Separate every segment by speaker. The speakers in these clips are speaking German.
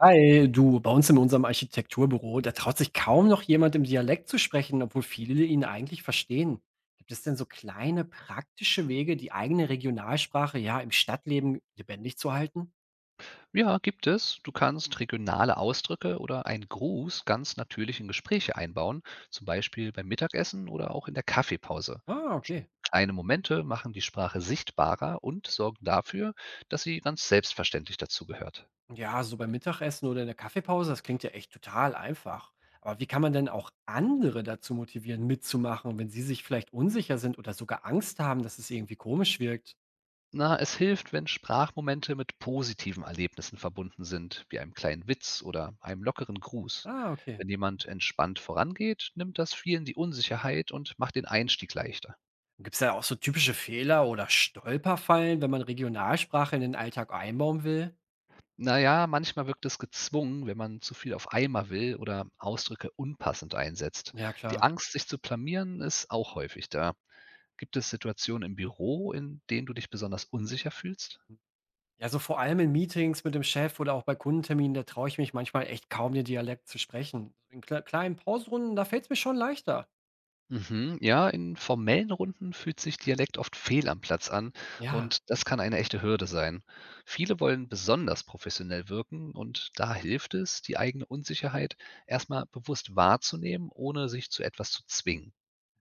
Speaker 1: Hi, du, bei uns in unserem Architekturbüro, da traut sich kaum noch jemand im Dialekt zu sprechen, obwohl viele ihn eigentlich verstehen. Gibt es denn so kleine praktische Wege, die eigene Regionalsprache ja im Stadtleben lebendig zu halten?
Speaker 2: Ja, gibt es. Du kannst regionale Ausdrücke oder einen Gruß ganz natürlich in Gespräche einbauen, zum Beispiel beim Mittagessen oder auch in der Kaffeepause.
Speaker 1: Ah,
Speaker 2: Schon
Speaker 1: okay.
Speaker 2: kleine Momente machen die Sprache sichtbarer und sorgen dafür, dass sie ganz selbstverständlich dazugehört.
Speaker 1: Ja, so beim Mittagessen oder in der Kaffeepause, das klingt ja echt total einfach. Aber wie kann man denn auch andere dazu motivieren, mitzumachen, wenn sie sich vielleicht unsicher sind oder sogar Angst haben, dass es irgendwie komisch wirkt?
Speaker 2: Na, es hilft, wenn Sprachmomente mit positiven Erlebnissen verbunden sind, wie einem kleinen Witz oder einem lockeren Gruß.
Speaker 1: Ah, okay.
Speaker 2: Wenn jemand entspannt vorangeht, nimmt das vielen die Unsicherheit und macht den Einstieg leichter.
Speaker 1: Gibt es da auch so typische Fehler oder Stolperfallen, wenn man Regionalsprache in den Alltag einbauen will?
Speaker 2: Na ja, manchmal wirkt es gezwungen, wenn man zu viel auf einmal will oder Ausdrücke unpassend einsetzt.
Speaker 1: Ja,
Speaker 2: Die
Speaker 1: klar.
Speaker 2: Angst, sich zu blamieren, ist auch häufig da. Gibt es Situationen im Büro, in denen du dich besonders unsicher fühlst?
Speaker 1: Ja, so vor allem in Meetings mit dem Chef oder auch bei Kundenterminen, da traue ich mich manchmal echt kaum, den Dialekt zu sprechen. In kleinen Pausrunden, da fällt es mir schon leichter.
Speaker 2: Mhm, ja, in formellen Runden fühlt sich Dialekt oft fehl am Platz an,
Speaker 1: Ja.
Speaker 2: und das kann eine echte Hürde sein. Viele wollen besonders professionell wirken, und da hilft es, die eigene Unsicherheit erstmal bewusst wahrzunehmen, ohne sich zu etwas zu zwingen.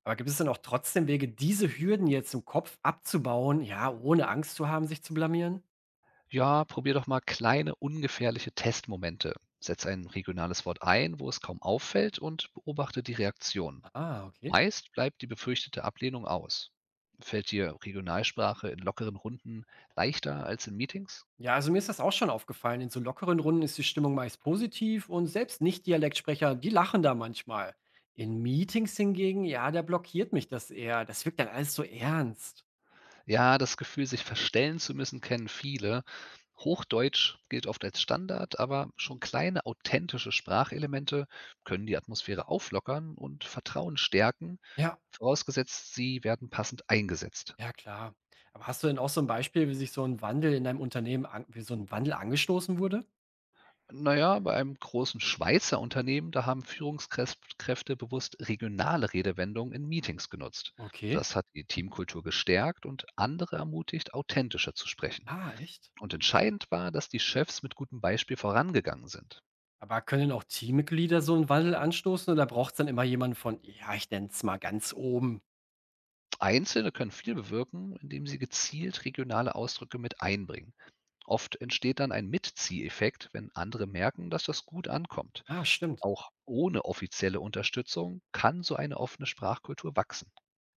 Speaker 1: Aber gibt es denn auch trotzdem Wege, diese Hürden jetzt im Kopf abzubauen, ja, ohne Angst zu haben, sich zu blamieren?
Speaker 2: Ja, probier doch mal kleine, ungefährliche Testmomente. Setz ein regionales Wort ein, wo es kaum auffällt, und beobachte die Reaktion.
Speaker 1: Ah, okay.
Speaker 2: Meist bleibt die befürchtete Ablehnung aus. Fällt dir Regionalsprache in lockeren Runden leichter als in Meetings?
Speaker 1: Ja, also mir ist das auch schon aufgefallen. In so lockeren Runden ist die Stimmung meist positiv und selbst Nicht-Dialektsprecher, die lachen da manchmal. In Meetings hingegen, ja, da blockiert mich das eher. Das wirkt dann alles so ernst.
Speaker 2: Ja, das Gefühl, sich verstellen zu müssen, kennen viele. Hochdeutsch gilt oft als Standard, aber schon kleine authentische Sprachelemente können die Atmosphäre auflockern und Vertrauen stärken,
Speaker 1: Ja,
Speaker 2: vorausgesetzt, sie werden passend eingesetzt.
Speaker 1: ja, klar. Aber hast du denn auch so ein Beispiel, wie sich so ein Wandel in deinem Unternehmen, an, wie so ein Wandel angestoßen wurde?
Speaker 2: Naja, bei einem großen Schweizer Unternehmen, da haben Führungskräfte bewusst regionale Redewendungen in Meetings genutzt.
Speaker 1: Okay.
Speaker 2: Das hat die Teamkultur gestärkt und andere ermutigt, authentischer zu sprechen.
Speaker 1: Ah, echt?
Speaker 2: Und entscheidend war, dass die Chefs mit gutem Beispiel vorangegangen sind.
Speaker 1: Aber können auch Teammitglieder so einen Wandel anstoßen oder braucht es dann immer jemanden von, ja, ich nenne es mal ganz oben?
Speaker 2: Einzelne können viel bewirken, indem sie gezielt regionale Ausdrücke mit einbringen. Oft entsteht dann ein Mitzieheffekt, wenn andere merken, dass das gut ankommt.
Speaker 1: Ah, stimmt.
Speaker 2: Auch ohne offizielle Unterstützung kann so eine offene Sprachkultur wachsen.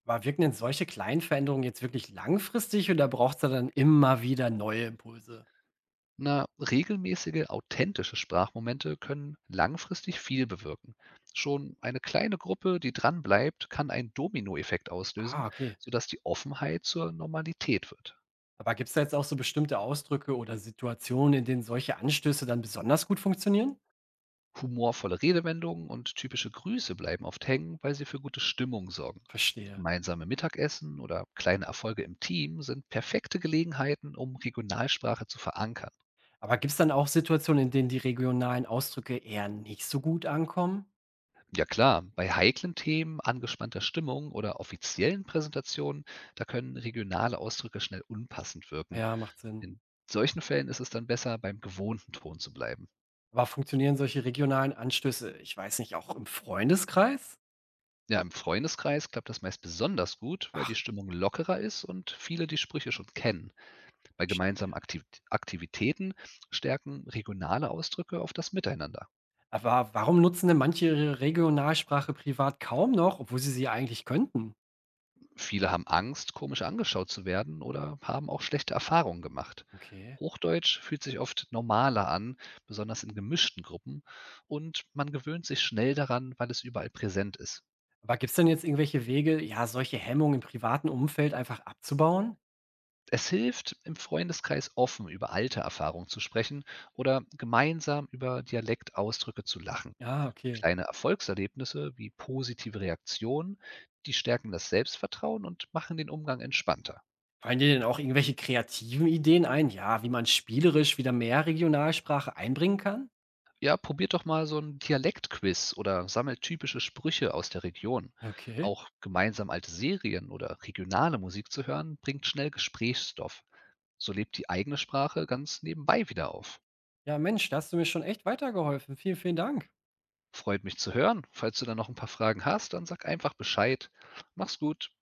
Speaker 1: Aber wirken denn solche kleinen Veränderungen jetzt wirklich langfristig oder braucht's da dann immer wieder neue Impulse?
Speaker 2: Na, regelmäßige, authentische Sprachmomente können langfristig viel bewirken. Schon eine kleine Gruppe, die dranbleibt, kann einen Dominoeffekt
Speaker 1: Ah,
Speaker 2: auslösen,
Speaker 1: okay.
Speaker 2: sodass die Offenheit zur Normalität wird.
Speaker 1: Aber gibt's da jetzt auch so bestimmte Ausdrücke oder Situationen, in denen solche Anstöße dann besonders gut funktionieren?
Speaker 2: Humorvolle Redewendungen und typische Grüße bleiben oft hängen, weil sie für gute Stimmung sorgen.
Speaker 1: Verstehe.
Speaker 2: Gemeinsame Mittagessen oder kleine Erfolge im Team sind perfekte Gelegenheiten, um Regionalsprache zu verankern.
Speaker 1: Aber gibt es dann auch Situationen, in denen die regionalen Ausdrücke eher nicht so gut ankommen?
Speaker 2: Ja klar, bei heiklen Themen, angespannter Stimmung oder offiziellen Präsentationen, da können regionale Ausdrücke schnell unpassend wirken.
Speaker 1: Ja, macht Sinn.
Speaker 2: In solchen Fällen ist es dann besser, beim gewohnten Ton zu bleiben.
Speaker 1: Aber funktionieren solche regionalen Anstöße, ich weiß nicht, auch im Freundeskreis?
Speaker 2: Ja, im Freundeskreis klappt das meist besonders gut, weil die
Speaker 1: Ach,
Speaker 2: Stimmung lockerer ist und viele die Sprüche schon kennen. Bei gemeinsamen Aktivitäten stärken regionale Ausdrücke auf das Miteinander.
Speaker 1: aber warum nutzen denn manche ihre Regionalsprache privat kaum noch, obwohl sie sie eigentlich könnten?
Speaker 2: Viele haben Angst, komisch angeschaut zu werden, oder haben auch schlechte Erfahrungen gemacht.
Speaker 1: Okay.
Speaker 2: Hochdeutsch fühlt sich oft normaler an, besonders in gemischten Gruppen, und man gewöhnt sich schnell daran, weil es überall präsent ist.
Speaker 1: Aber gibt's denn jetzt irgendwelche Wege, ja, solche Hemmungen im privaten Umfeld einfach abzubauen?
Speaker 2: Es hilft, im Freundeskreis offen über alte Erfahrungen zu sprechen oder gemeinsam über Dialektausdrücke zu lachen.
Speaker 1: Ja, okay.
Speaker 2: Kleine Erfolgserlebnisse wie positive Reaktionen, die stärken das Selbstvertrauen und machen den Umgang entspannter.
Speaker 1: Fallen dir denn auch irgendwelche kreativen Ideen ein, ja, wie man spielerisch wieder mehr Regionalsprache einbringen kann?
Speaker 2: Ja, probiert doch mal so 'n Dialektquiz oder sammelt typische Sprüche aus der Region.
Speaker 1: Okay.
Speaker 2: Auch gemeinsam alte Serien oder regionale Musik zu hören, bringt schnell Gesprächsstoff. So lebt die eigene Sprache ganz nebenbei wieder auf.
Speaker 1: Ja, Mensch, da hast du mir schon echt weitergeholfen. Vielen, vielen Dank.
Speaker 2: Freut mich zu hören. Falls du da noch ein paar Fragen hast, dann sag einfach Bescheid. Mach's gut.